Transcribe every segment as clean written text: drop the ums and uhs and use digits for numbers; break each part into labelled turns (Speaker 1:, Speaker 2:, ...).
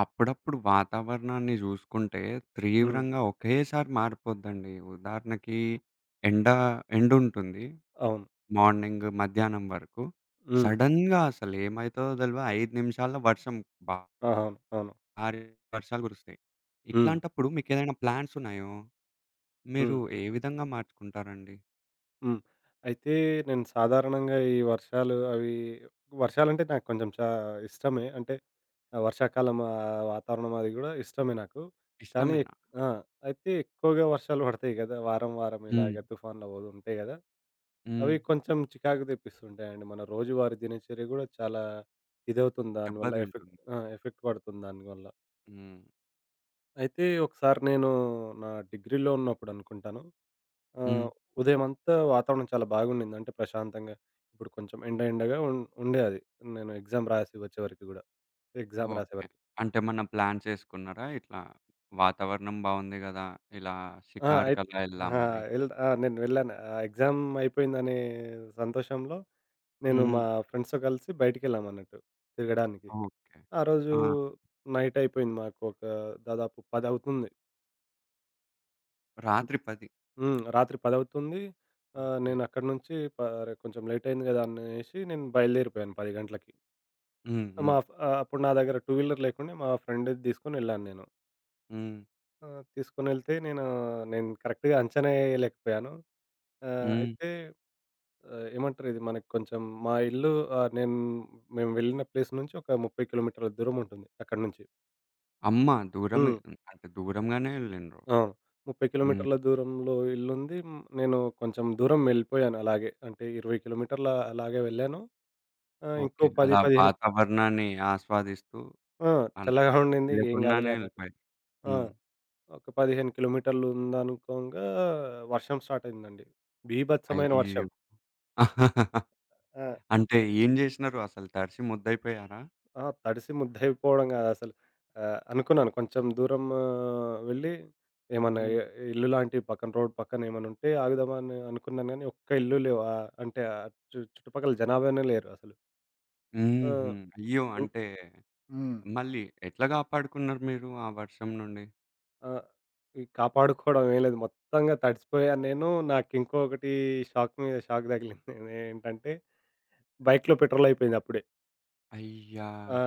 Speaker 1: అప్పుడప్పుడు వాతావరణాన్ని జూసుకుంటే,
Speaker 2: హ్మ్.
Speaker 1: తీవ్రంగా ఒకేసారి మారిపోద్దండి. ఉదాహరణకి ఎండ ఎండుంటుంది.
Speaker 2: అవును.
Speaker 1: మార్నింగ్, మధ్యాహ్నం వరకు.
Speaker 2: హ్మ్.
Speaker 1: సడెన్‌గా అసలేమైతదో తెలవదు. 5 నిమిషాల్లో వర్షం
Speaker 2: ఆ, అవును. అవును.
Speaker 1: భారీ వర్షాలు కురుస్తాయి.
Speaker 2: హ్మ్.
Speaker 1: ఇట్లాంటప్పుడు మీకేదైనా ప్లాన్స్ ఉన్నాయో, మీరు
Speaker 2: హ్మ్.
Speaker 1: ఏ విధంగా మార్చుకుంటారండి?
Speaker 2: హ్మ్. అయితే నేను సాధారణంగా ఈ వర్షాలు అవి వర్షాలంటే నాకు కొంచెం ఇష్టమే. అంటే వర్షాకాలం వాతావరణం అది గూడా ఇష్టమే నాకు. కానీ
Speaker 1: ఇష్టమేనా?
Speaker 2: ఎక్ ఆ! అయితే ఎక్కువగా వర్షాలు పడతాయి గదా! వారం, వారం
Speaker 1: హ్మ్.
Speaker 2: ఇలాగ తుఫాన్లవి ఉంటాయి గదా!
Speaker 1: హ్మ్.
Speaker 2: అవి కొంచెం చికాకు తెప్పిస్తుంటాయండి. మన రోజువారీ దినచర్య గూడా చాలా ఇదవుతుంది దానివల్ల. ఎఫెక్ట్
Speaker 1: దెబ్బతింటుంది.
Speaker 2: ఆ! ఎఫెక్ట్ పడుతుంది దానివల్ల.
Speaker 1: హ్మ్.
Speaker 2: అయితే ఒకసారి నేను నా డిగ్రీలో ఉన్నప్పుడు అనుకుంటాను.
Speaker 1: హ్మ్.
Speaker 2: ఆహ్, ఉదయమంతా వాతావరణం చాలా బాగుండింది. అంటే ప్రశాంతంగా. ఇప్పుడు కొంచెం ఎండగా ఉం ఉండే అది. నేను ఎగ్జామ్ రాసి వచ్చేవరకు గూడా. Exam
Speaker 1: okay.
Speaker 2: రాసేవరకు.
Speaker 1: అంటే ఏమన్నా ప్లాన్ చేసుకున్నారా? ఇట్లా వాతావరణం బావుంది గదా! ఇలా
Speaker 2: ఆ! అయి
Speaker 1: షికారుకలా
Speaker 2: ఆ!
Speaker 1: ఎళ్దామని.
Speaker 2: ఎల్ ఆ! నేను వెళ్ళాను. ఆ ఎగ్జామ్ అయిపోయిందనే సంతోషంలో నేను
Speaker 1: హ్మ్.
Speaker 2: ఫ్రెండ్స్‌తో కలిసి బయటికెళ్ళామన్నట్టు తిరగడానికి.
Speaker 1: ఓకే.
Speaker 2: ఆ రోజు
Speaker 1: ఆ!
Speaker 2: నైట్ అయిపోయింది మాకు. ఒక దాదాపు 10 అవుతుంది.
Speaker 1: రాత్రి 10.
Speaker 2: హ్మ్. రాత్రి 10:00 అవుతుంది.
Speaker 1: ఓకే.
Speaker 2: నేనక్కడి నుంచి ప అరె, కొంచెం లేట్ అయింది గదా అనేసి నేను బయలుదేరిపోయాను 10 గంటలకి.
Speaker 1: హ్మ్. హ్మ్.
Speaker 2: అప్పుడు నా దగ్గర టూ వీలర్ లేకుండే. మా ఫ్రెండ్‌ది తీసుకొనెళ్ళాను నేను.
Speaker 1: హ్మ్.
Speaker 2: తీసుకొనెళ్తే నేను నేను కరెక్ట్‌గా అంచనా ఎయలేకపోయాను. ఆహ్,
Speaker 1: హ్మ్.
Speaker 2: అయితే ఏమంటారు, ఇది మనకు కొంచెం. మా ఇల్లు ఆహ్, నేను మేము వెళ్ళిన ప్లేస్ నుంచి ఒక 30 కిలోమీటర్ల దూరం ఉంటుంది అక్కడి నుంచి.
Speaker 1: అమ్మ! దూరమే,
Speaker 2: హ్మ్.
Speaker 1: అంటే దూరంగానే ఎళ్ళిండ్రు.
Speaker 2: అవును. 30
Speaker 1: హ్మ్.
Speaker 2: కిలోమీటర్ల దూరంలో ఇల్లుంది. హ్మ్, నేను కొంచెం దూరం వెళ్ళిపోయాను అలాగే. అంటే 20 కిలోమీటర్ల అలాగే వెళ్ళాను. ఆ,
Speaker 1: ఓకే.
Speaker 2: ఇంకో 10,
Speaker 1: అలా
Speaker 2: 15.
Speaker 1: వాతావరణాన్ని ఆస్వాదిస్తూ
Speaker 2: ఆ,
Speaker 1: అలా
Speaker 2: చల్లగా ఉండింది, ఏం కాదులే
Speaker 1: తెలియకుండానే
Speaker 2: అన్నట్టు.
Speaker 1: ఎళ్ళిపోయారు.
Speaker 2: ఆ,
Speaker 1: హ్మ్.
Speaker 2: ఒక 15 కిలోమీటర్లు ఉందనుకోంగా వర్షం స్టార్ట్ అయిందండి. బీభత్సమైన, ఓహ్, వర్షం.
Speaker 1: అయ్యో!
Speaker 2: ఆ.
Speaker 1: అంటే ఏం జేసినారు అసలు? తడిసి ముద్దయిపోయారా?
Speaker 2: ఆ, తడిసి ముద్దయిపోవడం కాదసలు. అనుకున్నాను కొంచెం దూరం వెళ్ళి ఏమన్నా
Speaker 1: హ్మ్.
Speaker 2: ఇ ఇల్లు లాంటివి పక్కన, రోడ్ పక్కన ఏమన్నా ఉంటే ఆగుదామని అనుకున్నాను గానీ, ఒక్క ఇల్లు లేవు. అంటే ఆ చుట్టుపక్కల జనాభానే లేరు అసలు. ఆ.
Speaker 1: హుహు. అయ్యో!
Speaker 2: హ్మ్.
Speaker 1: అంటే
Speaker 2: హ్మ్.
Speaker 1: మళ్ళీ ఎట్లా కాపాడుకున్నారు మీరు ఆ వర్షం నుండి?
Speaker 2: ఆ, ఈ కాపాడుకోవడం ఏం లేదు. మొత్తంగా తడిసిపోయాను నేను. నాకింకొకటి షాక్ మీద షాక్ తగిలింది. ఏంటంటే బైక్‌లో పెట్రోల్ అయిపోయింది అప్పుడే.
Speaker 1: అయ్యా!
Speaker 2: ఆ.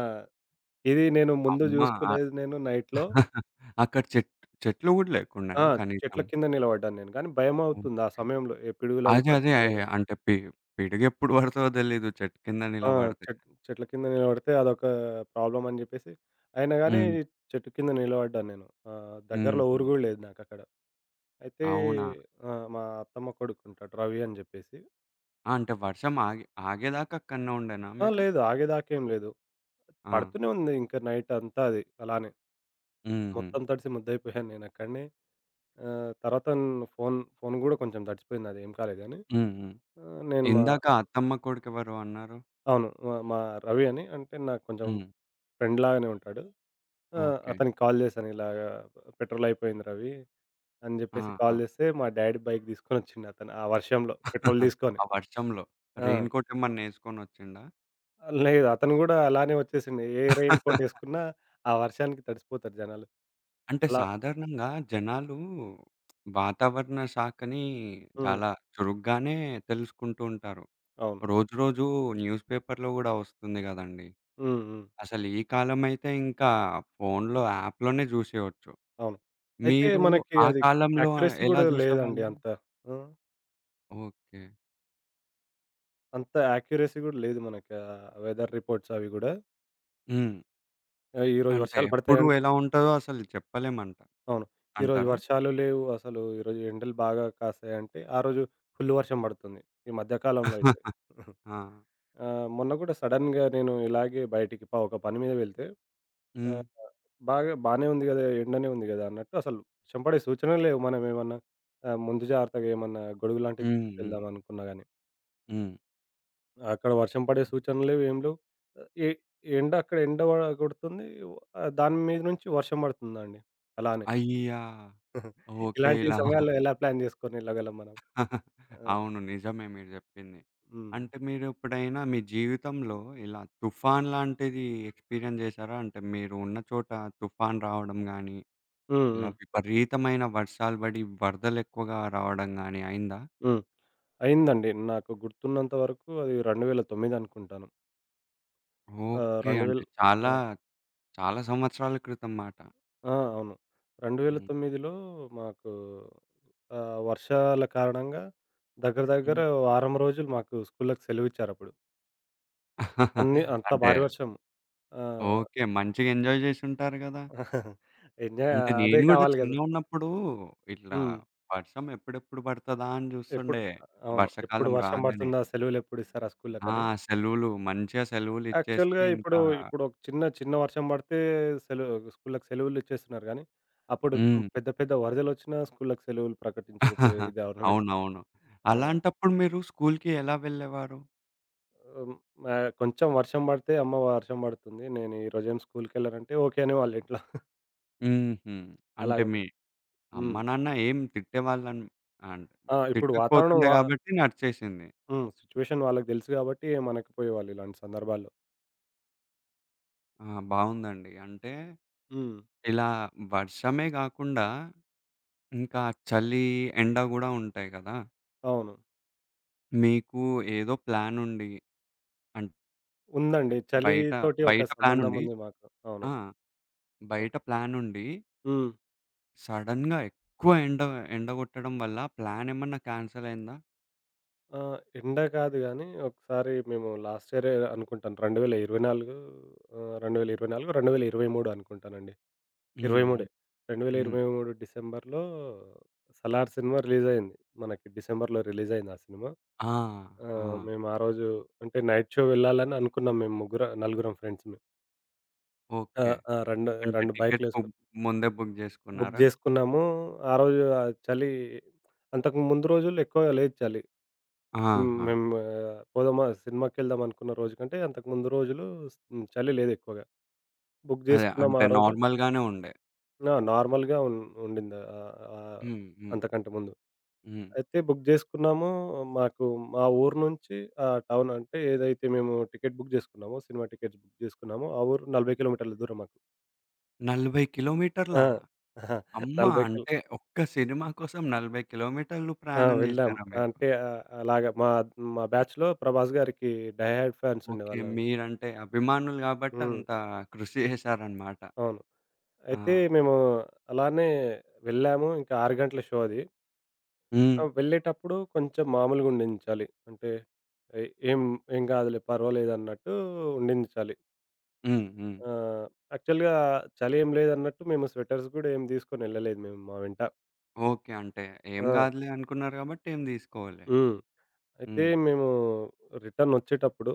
Speaker 2: ఇది నేను ముందు
Speaker 1: అమ్మ!
Speaker 2: చూసుకోలేదు నేను నైట్‌లో.
Speaker 1: అక్కడ చెట్లు గూడా
Speaker 2: ఆ.
Speaker 1: లేకుండేనా కనీసం?
Speaker 2: చెట్ల కింద నిలబడ్డాను నేను. కానీ భయమవుతుంది ఆ
Speaker 1: ఓకే.
Speaker 2: సమయంలో. ఏ పిడుగులవి
Speaker 1: అదే. అదే.
Speaker 2: పడుతుంటాయి కదా!
Speaker 1: అంటే పిడుగెప్పుడు పడతదో తెలీదు చెట్టు కింద
Speaker 2: ఆ,
Speaker 1: నిలబడితే.
Speaker 2: చెట్ చెట్ల కింద నిలబడితే అదొక ప్రాబ్లమ్ అని చెప్పేసి, అయినా గాని
Speaker 1: హ్మ్.
Speaker 2: చెట్టు కింద నిలబడ్డాను నేను. దగ్గరలో
Speaker 1: హుహు.
Speaker 2: ఊరు కూడా లేదు నాకక్కడ. అయితే
Speaker 1: అవునా?
Speaker 2: ఆ, మా అత్తమ్మ కొడుకుంటాడు రవి అని చెప్పేసి.
Speaker 1: ఆ! అంటే వర్షం ఆగేదాకా అక్కడనే ఉండేనా
Speaker 2: ఆ,
Speaker 1: మీరు?
Speaker 2: లేదు, ఆగేదాకేం లేదు.
Speaker 1: ఆ!
Speaker 2: పడుతూనే ఉంది ఇంకా నైటంతా అది అలానే.
Speaker 1: హుహు.
Speaker 2: మొత్తం తడిసి ముద్దయిపోయాను నేనక్కడనే. తర్వాత ఫోను ఫోను గూడా కొంచెం తడిచిపోయింది, అదేం కాలేదు గానీ.
Speaker 1: హ్మ్. హ్మ్.
Speaker 2: ఆహ్, నేను మా
Speaker 1: ఇందాక అత్తమ్మ కొడుకెవరో అన్నారు?
Speaker 2: అవును. మా మా రవి అని, అంటే నాకు కొంచెం
Speaker 1: హ్మ్.
Speaker 2: ఫ్రెండ్ లాగానే ఉంటాడు. ఆ.
Speaker 1: ఓకే.
Speaker 2: అతనికి కాల్ చేశాను ఇలాగా, పెట్రోల్ అయిపోయింది రవి అని జెప్పేసి.
Speaker 1: ఆ!
Speaker 2: కాల్ జేస్తే మా డ్యాడీ బైక్ తీసుకొనొచ్చిండు అతను ఆ వర్షంలో, పెట్రోల్
Speaker 1: ఆ!
Speaker 2: తీసుకొని.
Speaker 1: ఆ వర్షంలో
Speaker 2: ఆ.
Speaker 1: రెయిన్ కోట్ ఏమన్నా ఏసుకొనొచ్చిండా?
Speaker 2: లేదు, అతను గూడా అలానే వచ్చేసిండు. ఏ రెయిన్ కోట్ ఏసుకున్నా ఆ వర్షానికి తడిసిపోతారు జనాలు.
Speaker 1: అంటే
Speaker 2: అలా.
Speaker 1: సాధారణంగా జనాలు వాతావరణ శాఖని
Speaker 2: హ్మ్.
Speaker 1: చాలా చురుగ్గానే తెలుసుకుంటూ ఉంటారు.
Speaker 2: అవును.
Speaker 1: రోజురోజు న్యూస్ పేపర్‌లో గూడా వస్తుంది గదండీ!
Speaker 2: హ్మ్. హ్మ్.
Speaker 1: అసలు ఈ కాలమైతే ఇంకా ఫోన్‌లో యాప్‌లోనే జూసేయొచ్చు.
Speaker 2: అవును. అయితే
Speaker 1: మీరు
Speaker 2: మనకి
Speaker 1: ఆ
Speaker 2: అది
Speaker 1: కాలంలో
Speaker 2: యాక్యురసీ
Speaker 1: ఎలా
Speaker 2: గూడా లేదండి
Speaker 1: జూసేవాళ్ళు?
Speaker 2: అంత. ఆ,
Speaker 1: ఓకే.
Speaker 2: అంత యాక్యురసీ గూడా లేదు మనకి వెదర్ రిపోర్ట్స్ అవి గూడా.
Speaker 1: హ్మ్.
Speaker 2: ఆహ్, ఈరోజు
Speaker 1: అంటే
Speaker 2: వర్షాలు
Speaker 1: ఎప్పుడు
Speaker 2: పడతాయన్
Speaker 1: ఎలా ఉంటదో అసలు చెప్పలేమంట.
Speaker 2: అవును, ఈరోజు
Speaker 1: అంటారా?
Speaker 2: వర్షాలు లేవు. అసలు ఈరోజు ఎండలు బాగా కాస్తాయంటే, ఆ రోజు ఫుల్ వర్షం పడుతుంది. ఈ మధ్య కాలంలో అయితే.
Speaker 1: ఆ!
Speaker 2: ఆ, మొన్న గూడా సడెన్‌గా నేను ఇలాగే బయటికి ప ఒక పని మీద వెళ్తే,
Speaker 1: హ్మ్.
Speaker 2: ఆహ్, బాగా బానే ఉంది గదా, ఎండనే ఉంది గదా అన్నట్టు. అసలు వర్షం పడే సూచనలు లేవు. మనమేమన్నా ముందు జాగ్రత్తగా ఏమన్నా గొడుగు లాంటిది
Speaker 1: హ్మ్. హ్మ్.
Speaker 2: తీసుకెళ్దామనుకున్నా గాని.
Speaker 1: హ్మ్.
Speaker 2: అక్కడ వర్షం పడే సూచనలు లేవు, ఏం లేవు. ఆహ్, ఎ ఎండ వ కొడుతుంది. దాని మీద నుంచి వర్షం పడుతుందండి. అలానే.
Speaker 1: అయ్యా! ఓకే.
Speaker 2: ఇలాంటి
Speaker 1: ఇలా
Speaker 2: సమయాల్లో ఎలా ప్లాన్ చేసుకొని ఎళ్ళగలం మనం? ఆ.
Speaker 1: అవును. నిజమే మీరు జెప్పింది.
Speaker 2: హ్మ్.
Speaker 1: అంటే మీరెప్పుడైనా మీ జీవితంలో ఇలా తుఫాన్ లాంటిది ఎక్స్‌పీరియన్స్ జేశారా? అంటే మీరు ఉన్న చోట తుఫాన్ రావడం గానీ,
Speaker 2: హ్మ్.
Speaker 1: ఇలా
Speaker 2: హ్మ్.
Speaker 1: విపరీతమైన వర్షాలు బడి వరదలెక్కువగా రావడం గానీ అయిందా?
Speaker 2: హ్మ్. అయిందండి. నాకు గుర్తున్నంత వరకు అది 2009 అనుకుంటాను.
Speaker 1: ఓకే.
Speaker 2: ఆ!
Speaker 1: అంటే
Speaker 2: 2000 ఆ!
Speaker 1: చాలా, చాలా సంవత్సరాల క్రితం మాట.
Speaker 2: ఆ, అవును.
Speaker 1: హ్మ్.
Speaker 2: 2009లో మాకు వర్షాల కారణంగా దగ్గర దగ్గర
Speaker 1: హ్మ్.
Speaker 2: వారం రోజులు మాకు స్కూళ్ళకి సెలవిచ్చారప్పుడు. అన్నీ అంత
Speaker 1: అంటే
Speaker 2: భారీ వర్షం. ఆ.
Speaker 1: ఓకే. మంచిగా ఎంజాయ్ జేసుంటారు గదా!
Speaker 2: ఎంజాయ్,
Speaker 1: అంటే
Speaker 2: అదే
Speaker 1: నేను గూడా
Speaker 2: కావాలి గదా!
Speaker 1: చిన్నగున్నప్పుడు ఇట్లా
Speaker 2: హ్మ్.
Speaker 1: వర్షం ఎప్పుడెప్పుడు పడతదా అని
Speaker 2: ఎప్పుడు
Speaker 1: జూస్తుండే.
Speaker 2: అవును. ఎప్పుడు
Speaker 1: వర్షాకాలం
Speaker 2: వర్షం
Speaker 1: రాంగానే.
Speaker 2: పడుతుందా? సెలవులెప్పుడిస్తారు ఆ
Speaker 1: ఆ!
Speaker 2: స్కూళ్ళకని.
Speaker 1: సెలవులు మంచిగా సెలవులిచ్చేస్తే
Speaker 2: యాక్చువల్‌గా
Speaker 1: ఇంకా
Speaker 2: ఇప్పుడు ఒక చిన్న, చిన్న వర్షం పడితే స్కూళ్ళకి సెలవులిచ్చేస్తున్నారు గానీ, అప్పుడు హ్మ్,
Speaker 1: హ్మ్.
Speaker 2: పెద్ద, పెద్ద వరదలొచ్చినా స్కూళ్ళకి సెలవులు ప్రకటించకపోయేది గవర్నమెంట్.
Speaker 1: అవునవును.
Speaker 2: ఆ.
Speaker 1: అలాంటప్పుడు మీరు స్కూలుకి ఎలా వెళ్ళేవారు?
Speaker 2: హ్మ్. కొంచెం వర్షం పడితే, "అమ్మ, వర్షం పడుతుంది, నేను ఈరోజేం స్కూలుకెళ్ళనంటే" ఓకే అనేవాళ్ళు ఇంట్లో.
Speaker 1: హుహు. అంటే మీ
Speaker 2: అలాగుండేది.
Speaker 1: అమ్మ,
Speaker 2: హ్మ్.
Speaker 1: నాన్న ఏం తిట్టేవాళ్ళని అన్
Speaker 2: ఆ! ఇప్పుడు వాతావరణం
Speaker 1: తిట్టకపోతుండే
Speaker 2: వా
Speaker 1: గాబట్టి నడిచేసింది.
Speaker 2: హ్మ్. సిట్యుయేషన్ వాళ్ళకి తెలుసు గాబట్టి, మనకి పోయేవాళ్ళు ఇలాంటి సందర్భాల్లో.
Speaker 1: ఆ! బావుందండి. అంటే
Speaker 2: హ్మ్.
Speaker 1: ఇలా వర్షమే గాకుండా ఇంకా చలి, ఎండ గూడా ఉంటాయి గదా!
Speaker 2: అవును.
Speaker 1: మీకు ఏదో ప్లానుండి, అంటే
Speaker 2: ఉందండి.
Speaker 1: బయట
Speaker 2: చలితోటి
Speaker 1: బయట
Speaker 2: ఒక సంబంధం
Speaker 1: ప్లానుండి,
Speaker 2: ఉంది మాకు. అవును.
Speaker 1: ఆ! బయట
Speaker 2: ఓకే.
Speaker 1: ప్లానుండి
Speaker 2: హ్మ్.
Speaker 1: సడెన్‌గా ఎక్కువ ఎండ ఎండగొట్టడం వల్ల ప్లానేమన్నా క్యాన్సిల్ అయిందా?
Speaker 2: ఎండ కాదు గానీ, ఒకసారి మేము లాస్ట్ ఇయరే అనుకుంటాను. 2024, 2023 అనుకుంటానండి. 23
Speaker 1: హ్మ్. హ్మ్. హ్మ్.
Speaker 2: 2023 డిసెంబర్‌లో 'సలార్' సినిమా రిలీజయింది. మనకి డిసెంబర్‌లో రిలీజయింది ఆ సినిమా.
Speaker 1: ఆ!
Speaker 2: ఆ.
Speaker 1: ఆ!
Speaker 2: మేము ఆ రోజు, అంటే నైట్ షో వెళ్ళాలని అనుకున్నాం. మేము ముగ్గుర నలుగురం ఫ్రెండ్స్‌మి. ఆ.
Speaker 1: ఓకే.
Speaker 2: ఆ,
Speaker 1: అంటే
Speaker 2: 2
Speaker 1: టికెట్ బుక్
Speaker 2: బైకులేసుకొని
Speaker 1: ముందే బుక్
Speaker 2: బుక్
Speaker 1: జేసుకున్నారా?
Speaker 2: జేసుకున్నాము. ఆ రోజు చలి. అంతకు ముందు రోజుల్లో ఎక్కువగా లేదు చలి. హ్మ్.
Speaker 1: ఆహా!
Speaker 2: మేము పోదామా, సినిమాకెళ్దామనుకున్న రోజు కంటే అంతకు ముందు రోజులు హ్మ్, చలి లేదు ఎక్కువగా. బుక్
Speaker 1: అదే
Speaker 2: జేసుకున్నాం
Speaker 1: అంటే
Speaker 2: ఆ రోజు.
Speaker 1: నార్మల్‌గానే ఉండే.
Speaker 2: ఆ! నార్మల్‌గా ఉం ఉండింది. ఆహ్, ఆహ్,
Speaker 1: హ్మ్. హ్మ్.
Speaker 2: అంతకంటే ముందు.
Speaker 1: హ్మ్.
Speaker 2: అయితే బుక్ జేసుకున్నాము. మాకు మా ఊరు నుంచి ఆ టౌన్, అంటే ఏదైతే మేము టికెట్ బుక్ జేసుకున్నామో, సినిమా టికెట్స్ బుక్ జేసుకున్నామో ఆ ఊరు 40 కిలోమీటర్ల దూరం మాకు.
Speaker 1: 40 కిలోమీటర్లా?
Speaker 2: ఆ.
Speaker 1: అమ్మ!
Speaker 2: 40 కిలో
Speaker 1: అంటే ఒక్క సినిమా కోసం 40 కిలోమీటర్లు
Speaker 2: ఆ!
Speaker 1: ప్రయాణం
Speaker 2: వెళ్ళాం.
Speaker 1: జేసారా మీరు?
Speaker 2: అంటే అలాగా, మా మా బ్యాచ్‌లో 'ప్రభాస్' గారికి డై హార్డ్ ఫ్యాన్స్
Speaker 1: ఓకే.
Speaker 2: ఉండేవాళ్ళనమాట.
Speaker 1: మీరంటే అభిమానులు గాబట్టి
Speaker 2: హ్మ్.
Speaker 1: అంత కృషి జేశారనమాట.
Speaker 2: అవును.
Speaker 1: ఆ!
Speaker 2: అయితే మేము అలానే వెళ్ళాము. ఇంకా 6 గంటల షో అది.
Speaker 1: హ్మ్.
Speaker 2: ఆ, వెళ్ళేటప్పుడు కొంచెం మామూలుగా ఉండింది చలి. అంటే ఎ ఏం ఏం కాదులే, పర్వాలేదన్నట్టు ఉండింది చలి.
Speaker 1: హ్మ్. హ్మ్.
Speaker 2: ఆహ్, యాక్చువల్‌గా చలి ఏం లేదన్నట్టు మేము స్వెటర్స్ గూడా ఏం తీసుకొని వెళ్ళలేదు మేము మా వెంట.
Speaker 1: ఓకే. అంటే ఏం
Speaker 2: ఆ.
Speaker 1: గాదులే అనుకున్నారు గాబట్టి ఏం దీసుకోలే.
Speaker 2: హ్మ్. అయితే
Speaker 1: హ్మ్.
Speaker 2: మేము రిటర్న్ వచ్చేటప్పుడు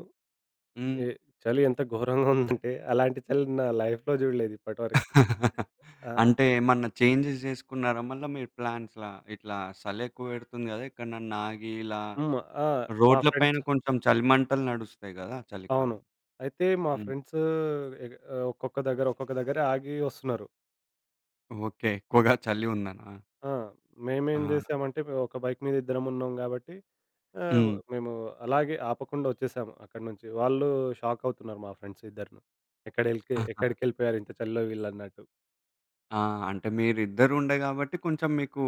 Speaker 1: హ్మ్.
Speaker 2: ఎ చలి ఎంత ఘోరంగా ఉందంటే, అలాంటి చలి నా లైఫ్‌లో చూడలేదు ఇప్పటివరకి. ఆ.
Speaker 1: అంటే ఏమన్నా చేంజెస్ జేసుకున్నారా మళ్ళా మీరు ప్లాన్స్‌లా? ఇట్లా సలెక్కువ బెడుతుంది గదా! ఎక్కడనన్నా ఆగి ఇలా
Speaker 2: హ్మ్. ఆ. మా
Speaker 1: రోడ్ల పైన
Speaker 2: ఫ్రెండ్స్,
Speaker 1: కొంచెం చలి మంటలు నడుస్తాయి గదా!
Speaker 2: అవును,
Speaker 1: చలికాలం.
Speaker 2: అయితే మా
Speaker 1: హ్మ్.
Speaker 2: ఫ్రెండ్స్ ఎగ్ ఒక్కొక్క దగ్గర, ఒక్కొక్క దగ్గర ఆగి వస్తున్నారు.
Speaker 1: ఓకే. ఎక్కువగా చలి ఉందనా?
Speaker 2: ఆ.
Speaker 1: ఆ!
Speaker 2: మేమేం చేసామంటే, మేము ఒక బైక్ మీద ఇద్దరం ఉన్నాం కాబట్టి, ఆహ్,
Speaker 1: హ్మ్.
Speaker 2: మేము అలాగే ఆపకుండా వచ్చేసాము అక్కడి నుంచి. వాళ్ళు షాక్ అవుతున్నారు మా ఫ్రెండ్స్ ఇద్దరును. ఎక్కడికెళ్ళిపోయారు ఇంత చలిలో వీళ్ళన్నట్టు.
Speaker 1: ఆ! అంటే మీరిద్దరుండే గాబట్టి కొంచెం మీకు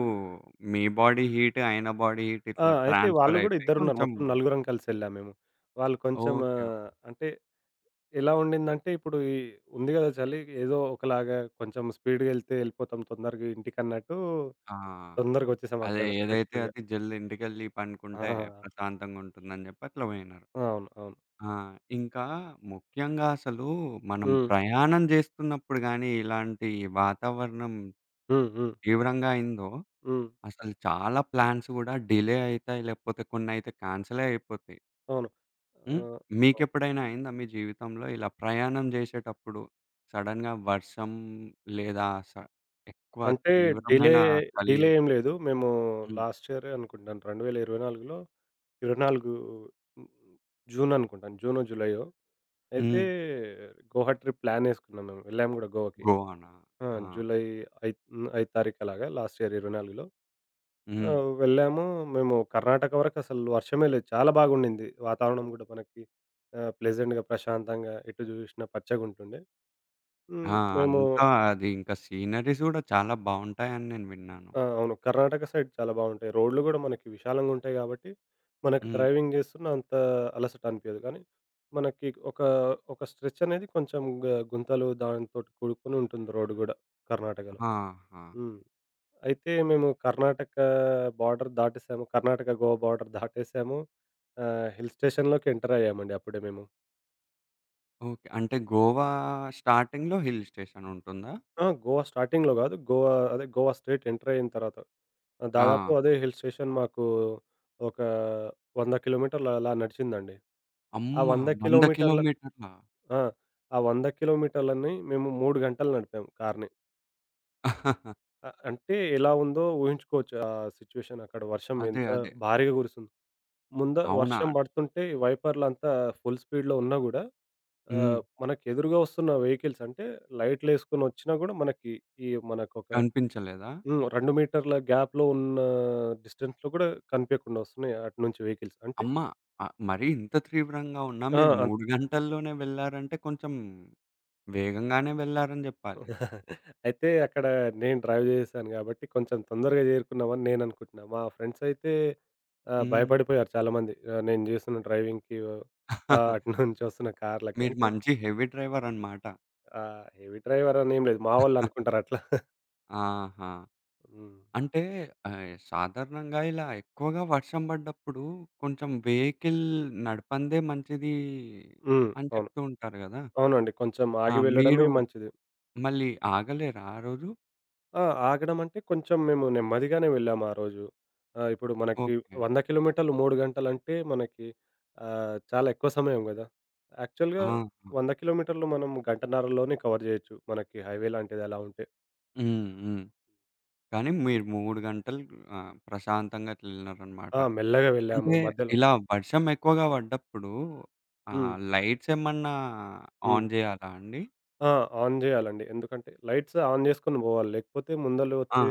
Speaker 1: మీ బాడీ హీట్, ఆయన బాడీ హీట్
Speaker 2: ఆ.
Speaker 1: ఇట్లా
Speaker 2: అయితే వాళ్ళు
Speaker 1: ట్రాన్స్‌ఫర్
Speaker 2: గూడా
Speaker 1: అయిపోయి
Speaker 2: ఇద్దరున్నారు.
Speaker 1: కొంచెం
Speaker 2: మొత్తం నలుగురం కలిసెళ్ళాము మేము. వాళ్ళు కొంచెం
Speaker 1: ఓకే.
Speaker 2: అంటే ఎలా ఉండిందంటే, ఇప్పుడు ఈ ఉంది గదా చలి, ఏదో ఒకలాగా కొంచెం స్పీడ్‌గా ఎళ్తే ఎళ్ళిపోతాం తొందరగా ఇంటికన్నట్టు,
Speaker 1: ఆ!
Speaker 2: తొందరగా వచ్చేసాం
Speaker 1: అదే
Speaker 2: అక్కడ
Speaker 1: ఏదైతే
Speaker 2: స్పీడ్‌గా.
Speaker 1: అది జల్ది ఇంటికెళ్ళి పండుకుంటే
Speaker 2: ఆ.
Speaker 1: ప్రశాంతంగుంటుందని జెప్పి అట్లా బోయినారు.
Speaker 2: అవును. అవును.
Speaker 1: ఆ! ఇంకా ముఖ్యంగా అసలు మనం
Speaker 2: హ్మ్.
Speaker 1: ప్రయాణం జేస్తున్నప్పుడు గానీ ఇలాంటి వాతావరణం
Speaker 2: హ్మ్. హ్మ్.
Speaker 1: తీవ్రంగా అయిందో
Speaker 2: హ్మ్.
Speaker 1: అసలు చాలా ప్లాన్స్ గూడా డిలే అయితాయి. లేకపోతే కొన్నయితే క్యాన్సలే అయిపోతాయి.
Speaker 2: అవును.
Speaker 1: హ్మ్.
Speaker 2: ఆహ్, అవును.
Speaker 1: మీకెప్పుడైనా అయిందా మీ జీవితంలో ఇలా ప్రయాణం జేసేటప్పుడు సడెన్‌గా వర్షం లేదా ఎక్కువ
Speaker 2: అంటే
Speaker 1: తీవ్రమైన
Speaker 2: డిలే
Speaker 1: చలి?
Speaker 2: డిలే ఏం లేదు. మేము
Speaker 1: హ్మ్.
Speaker 2: లాస్ట్ ఇయరే అనుకుంటాను 2024లో. 24 హ్మ్, జూన్ అనుకుంటాను. జూనో, జూలైయో. అయితే
Speaker 1: హ్మ్.
Speaker 2: గోవా ట్రిప్ ప్లానేసుకున్నాం మేము. వెళ్ళాము గూడా గోవాకి.
Speaker 1: గోవానా?
Speaker 2: ఆ.
Speaker 1: ఆ!
Speaker 2: జూలై హ్మ్, 5 తారీఖు అలాగా లాస్ట్ ఇయర్ 24లో. ఆ.
Speaker 1: హ్మ్.
Speaker 2: వెళ్ళాము. మేము కర్ణాటక వరకసలు వర్షమే లేదు. చాలా బాగుండింది. వాతావరణం గూడా మనకి ప్లెజెంట్‌గా, ప్రశాంతంగా, ఎటు జూసినా పచ్చగుంటుండే. హ్మ్.
Speaker 1: ఆ!
Speaker 2: మేము.
Speaker 1: అంతా అది ఇంకా సీనరీస్ గూడా చాలా బావుంటాయని నేను విన్నాను.
Speaker 2: ఆ, అవును. కర్ణాటక సైడ్ చాలా బావుంటాయి. రోడ్లు గూడా మనకి విశాలంగుంటాయి గాబట్టి, మనకి
Speaker 1: హ్మ్.
Speaker 2: డ్రైవింగ్ జేస్తున్న అంత అలసట అనిపియదు. కానీ మనకి ఒక స్ట్రెచ్ అనేది కొంచెం గుంతలు దానితోటి కూడుకొని ఉంటుంది రోడ్డు గూడా కర్ణాటకలో.
Speaker 1: ఆహా!
Speaker 2: హ్మ్. అయితే మేము కర్ణాటక బార్డర్ దాటేసాము. కర్ణాటక, గోవా బార్డర్ దాటేసాము. హిల్ స్టేషన్‌లోకి ఎంటర్ అయ్యామండి అప్పుడే మేము.
Speaker 1: ఓకే. అంటే గోవా స్టార్టింగ్‌లో హిల్ స్టేషన్ ఉంటుందా?
Speaker 2: ఆ, గోవా స్టార్టింగ్‌లో గాదు. గోవా అదే, గోవా స్ట్రెయిట్ ఎంటర్ అయిన తర్వాత.
Speaker 1: ఆ!
Speaker 2: దాదాపు అదే హిల్ స్టేషన్ మాకు ఒక 100 కిలోమీటర్లు అలా నడిచిందండి. ఆ
Speaker 1: అమ్మ!
Speaker 2: 100
Speaker 1: 100
Speaker 2: కిలోమీటర్ల,
Speaker 1: కిలోమీటర్లా?
Speaker 2: ఆ, ఆ 100 కిలోమీటర్లని మేము 3 గంటలు నడిపాము కార్‌ని. అంటే ఎలా ఉందో ఊహించుకోవచ్చు ఆ సిట్యుయేషన్, అక్కడ వర్షం
Speaker 1: అదే.
Speaker 2: ఎంత
Speaker 1: అదే.
Speaker 2: భారీగా కురిసుందో. ముంద
Speaker 1: అవునా?
Speaker 2: వర్షం పడుతుంటే వైపర్లంతా ఫుల్ స్పీడ్‌లో ఉన్నా గూడా,
Speaker 1: హ్మ్.
Speaker 2: మనకు ఎదురుగా వస్తున్న వెహికల్స్ అంటే లైట్‌లేసుకొని వచ్చినా గూడా, మనకి ఈ మనకొక
Speaker 1: కనిపించలేదా?
Speaker 2: హ్మ్, 2 మీటర్ల గ్యాప్‌లో ఉన్న డిస్టెన్స్‌లో గూడా కనిపియకుండా వస్తున్నాయి అటు నుంచి వెహికల్స్. అంటే
Speaker 1: అమ్మ! ఆహ్, మరీ ఇంత తీవ్రంగా ఉన్నా
Speaker 2: ఆ,
Speaker 1: మీరు
Speaker 2: అంత.
Speaker 1: 3 గంటల్లోనే వెళ్లారంటే కొంచెం వేగంగానే వెళ్లారని జెప్పాలి.
Speaker 2: అయితే అక్కడ నేను డ్రైవ్ చేశాను గాబట్టి కొంచెం తొందరగా చేరుకున్నామని నేను అనుకుంటున్నా. మా ఫ్రెండ్స్ అయితే
Speaker 1: హ్మ్.
Speaker 2: భయపడిపోయారు చాలామంది. నేను చేస్తున్న డ్రైవింగ్‌కి, అటు నుంచి వస్తున్న కార్లకి.
Speaker 1: మీరు
Speaker 2: అంటే
Speaker 1: మంచి హెవీ డ్రైవర్ అన్నమాట.
Speaker 2: హెవీ డ్రైవర్ అని ఏం లేదు. మావోళ్ళు అనుకుంటారు అట్లా.
Speaker 1: ఆహా!
Speaker 2: హ్మ్.
Speaker 1: అంటే ఆహ్, సాధారణంగా ఇలా ఎక్కువగా వర్షం పడ్డప్పుడు కొంచెం వెహికల్ నడపందే మంచిది
Speaker 2: హ్మ్.
Speaker 1: అని
Speaker 2: అవును.
Speaker 1: చెప్తూ ఉంటారు గదా!
Speaker 2: అవునండి, కొంచెం
Speaker 1: ఆ!
Speaker 2: ఆగి
Speaker 1: మీరు
Speaker 2: వెళ్ళడమే మంచిది.
Speaker 1: మళ్ళీ ఆగలేరా ఆ రోజు?
Speaker 2: ఆ. ఆగడం అంటే కొంచెం మేము నెమ్మదిగానే వెళ్ళాము ఆ రోజు. ఇప్పుడు మనకి
Speaker 1: ఓకే.
Speaker 2: 100 కిలోమీటర్లు 3 గంటలంటే మనకి చాలా ఎక్కువ సమయం గదా! యాక్చువల్‌గా
Speaker 1: ఆహా!
Speaker 2: 100 కిలోమీటర్లు మనం గంటన్నరలోనే కవర్ జేయొచ్చు, మనకి హైవే లాంటిది అలా ఉంటే.
Speaker 1: హ్మ్. హ్మ్. కానీ మీరు 3 గంటలు ఆహ్, ప్రశాంతంగా అట్లా ఎళ్లినారన్నమాట.
Speaker 2: ఆ, మెల్లగా వెళ్ళాము
Speaker 1: అంటే
Speaker 2: మధ్యలో.
Speaker 1: ఇలా వర్షం ఎక్కువగా పడ్డప్పుడు
Speaker 2: హ్మ్.
Speaker 1: ఆహ్, లైట్స్ ఏమన్నా
Speaker 2: హ్మ్.
Speaker 1: ఆన్ జేయాలా అండి?
Speaker 2: ఆ, ఆన్ జేయాలండి. ఎందుకంటే లైట్స్ ఆన్ జేసుకొని బోవాలి. లేకపోతే ముందల
Speaker 1: ఆ!
Speaker 2: వచ్చే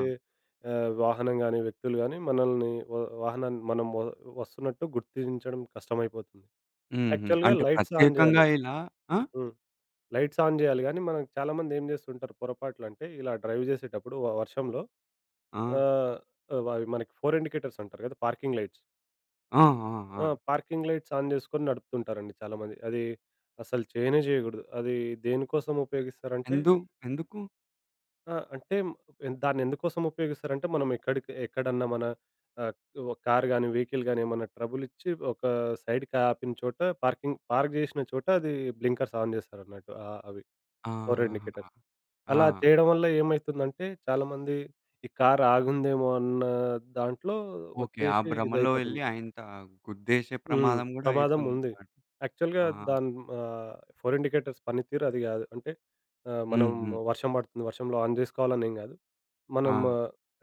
Speaker 2: వాహనం గాని, వ్యక్తులు గాని మనల్ని వ వాహనాన్ని మనం వ వస్తున్నట్టు గుర్తించడం కష్టమైపోతుంది.
Speaker 1: హుహు.
Speaker 2: యాక్చువల్‌గా
Speaker 1: అంటే
Speaker 2: లైట్స్ ఆన్
Speaker 1: ప్రత్యేకంగా
Speaker 2: జేయాలి.
Speaker 1: ఇలా ఆ?
Speaker 2: హ్మ్. లైట్స్ ఆన్ జేయాలి గానీ, మనం చాలామంది ఏం జేస్తుంటారు పొరపాట్లంటే, ఇలా డ్రైవ్ జేసేటప్పుడు వర్షంలో
Speaker 1: ఆ!
Speaker 2: ఆహ్, వ అవి మనకి ఫోర్ ఇండికేటర్స్ అంటారు గదా, పార్కింగ్ లైట్స్.
Speaker 1: ఆ! ఆ! ఆ!
Speaker 2: ఆ, పార్కింగ్ లైట్స్ ఆన్ జేసుకొని నడుపుతుంటారండి చాలామంది. అది అసలు చేయనే జేయగూడదు. అది దేనికోసం ఉపయోగిస్తారంటే,
Speaker 1: ఎందు ఎందుకు?
Speaker 2: ఆ! అంటే ఎన్ దాన్నెందుకోసం ఉపయోగిస్తారంటే, మనం ఎక్కడన్నా మన ఆహ్, ఒక కార్ గానీ, వెహికల్ గానీ ఏమన్నా ట్రబుల్ ఇచ్చి, ఒక సైడ్‌కి ఆపిన చోట, పార్క్ జేసిన చోట అది బ్లింకర్స్ ఆన్ జేస్తారన్నట్టు. అవి ఫోర్
Speaker 1: ఆహా!
Speaker 2: ఇండికేటర్స్.
Speaker 1: ఆ!
Speaker 2: అలా చేయడం వల్ల ఏమైతుందంటే, చాలామంది ఈ కార్ ఆగుందేమో అన్న దాంట్లో
Speaker 1: ఓకే. ఆ
Speaker 2: వచ్చేసి
Speaker 1: భ్రమలో ఎళ్లి
Speaker 2: ఇదయిపోతుంది.
Speaker 1: ఆయంత గుద్దేశే
Speaker 2: హ్మ్,
Speaker 1: ప్రమాదం గూడా
Speaker 2: ప్రమాదం ఉంది.
Speaker 1: అయితుందన్నమాట.
Speaker 2: యాక్చువల్‌గా
Speaker 1: ఆ!
Speaker 2: దాని ఆహ్, ఫోరెన్ ఇండికేటర్స్ పనితీరు అది గాదు. అంటే ఆహ్, మనం
Speaker 1: హ్మ్. హ్మ్.
Speaker 2: వర్షం పడుతుంది, వర్షంలో ఆన్ జేసుకోవాలని ఏం గాదు. మనం
Speaker 1: ఆ!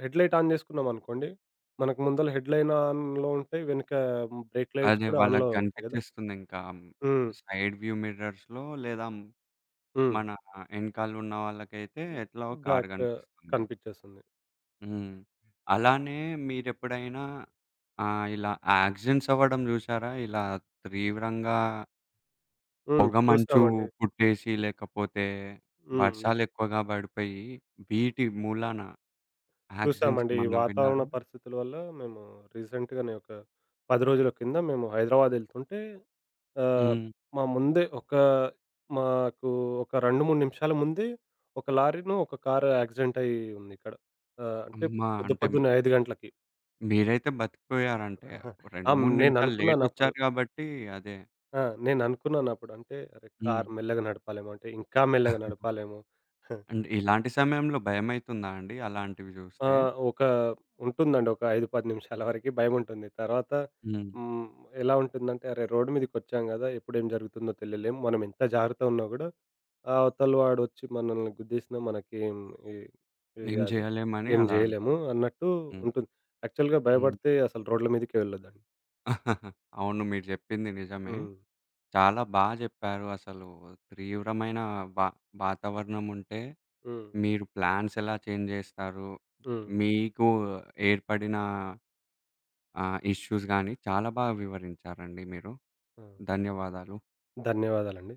Speaker 2: హెడ్‌లైట్ ఆన్ జేసుకున్నామనుకోండి, మనకు ముందల హెడ్‌లైన్ ఆన్‌లో ఉంటాయి. వెనక బ్రేక్ లైట్స్
Speaker 1: అదే
Speaker 2: గూడా
Speaker 1: వాళ్ళకి
Speaker 2: ఆన్‌లో ఉంటాయి గదా!
Speaker 1: కనిపించేస్తుందింకా.
Speaker 2: హ్మ్.
Speaker 1: సైడ్ వ్యూ మిర్రర్స్‌లో లేదా
Speaker 2: హ్మ్.
Speaker 1: మన ఎనకాలున్న వాళ్ళకైతే ఎట్లాగో కారు
Speaker 2: బ్యాక్
Speaker 1: కనిపిస్తుంది.
Speaker 2: కనిపిచ్చేస్తుంది.
Speaker 1: హ్మ్. అలానే మీరెప్పుడైనా ఆహ్, ఇలా యాక్సిడెంట్స్ అవ్వడం జూసారా? ఇలా తీవ్రంగా
Speaker 2: హ్మ్.
Speaker 1: పొగ మంచు
Speaker 2: చూసామండి.
Speaker 1: పుట్టేసి, లేకపోతే
Speaker 2: హ్మ్. హ్మ్.
Speaker 1: వర్షాలెక్కువగా బడిపోయి, వీటి మూలాన యాక్సిడెంట్స్
Speaker 2: చూసామండి. ఈ
Speaker 1: ఏమన్నా
Speaker 2: వాతావరణ
Speaker 1: విన్నారా?
Speaker 2: పరిస్థితుల వల్ల మేము రీసెంట్‌గానే ఒక 10 రోజుల కింద మేము హైదరాబాద్ ఎళ్తుంటే, ఆహ్,
Speaker 1: హ్మ్.
Speaker 2: మా ముందే ఒక మాకు ఒక 2, 3 నిమిషాల ముందే ఒక లారీను, ఒక కారు యాక్సిడెంట్ అయ్యి ఉంది ఇక్కడ. అంటే
Speaker 1: అమ్మా!
Speaker 2: పొద్దు
Speaker 1: అంటే
Speaker 2: పొద్దున్నే 5 గంటలకి.
Speaker 1: మీరైతే బతికిపోయారంటే 2, 3 నిమిషాలు
Speaker 2: నేననుకున్నానప్పుడు,
Speaker 1: లేటొచ్చారు గాబట్టి అదే.
Speaker 2: ఆ, నేననుకున్నానప్పుడు, అంటే అరె,
Speaker 1: హ్మ్.
Speaker 2: కారు మెల్లగా నడపాలేమో అంటే ఇంకా మెల్లగా నడపాలేమో.
Speaker 1: అండ్ ఇలాంటి సమయంలో భయమైతుందా అండి అలాంటివి
Speaker 2: ఆ,
Speaker 1: జూస్తే?
Speaker 2: ఒక ఉంటుందండి, ఒక 5, 10 నిమిషాల వరకి భయముంటుంది. తర్వాత
Speaker 1: హ్మ్.
Speaker 2: హ్మ్. ఎలా ఉంటుందంటే, అరే, రోడ్డు మీదకొచ్చాం గదా, ఎప్పుడేం జరుగుతుందో తెలియలేం. మనం ఎంత జాగ్రత్తగా ఉన్నా గూడా, ఆ అవతల వాడొచ్చి మనల్ని గుద్దేసినా మనకేం ఇ ఇది
Speaker 1: ఏం
Speaker 2: గాదు,
Speaker 1: జేయలేమని
Speaker 2: ఏం
Speaker 1: అలా
Speaker 2: జేయలేము అన్నట్టు
Speaker 1: హ్మ్.
Speaker 2: ఉంటుంది. యాక్చువల్‌గా
Speaker 1: హ్మ్.
Speaker 2: భయపడితే అసలు రోడ్ల మీదకే వెళ్ళొద్దండి.
Speaker 1: అవును. మీరు చెప్పింది నిజమే.
Speaker 2: హ్మ్.
Speaker 1: చాలా బా జెప్పారు. అసలు తీవ్రమైన వా వాతావరణం ఉంటే,
Speaker 2: హ్మ్. హ్మ్.
Speaker 1: మీరు ప్లాన్స్ ఎలా చేంజ్ జేస్తారు?
Speaker 2: హ్మ్.
Speaker 1: మీకు ఏర్పడిన ఆహ్, ఇష్యూస్ గాని చాలా బాగా వివరించారండి మీరు.
Speaker 2: ఆ,
Speaker 1: ధన్యవాదాలు.
Speaker 2: ధన్యవాదాలండి.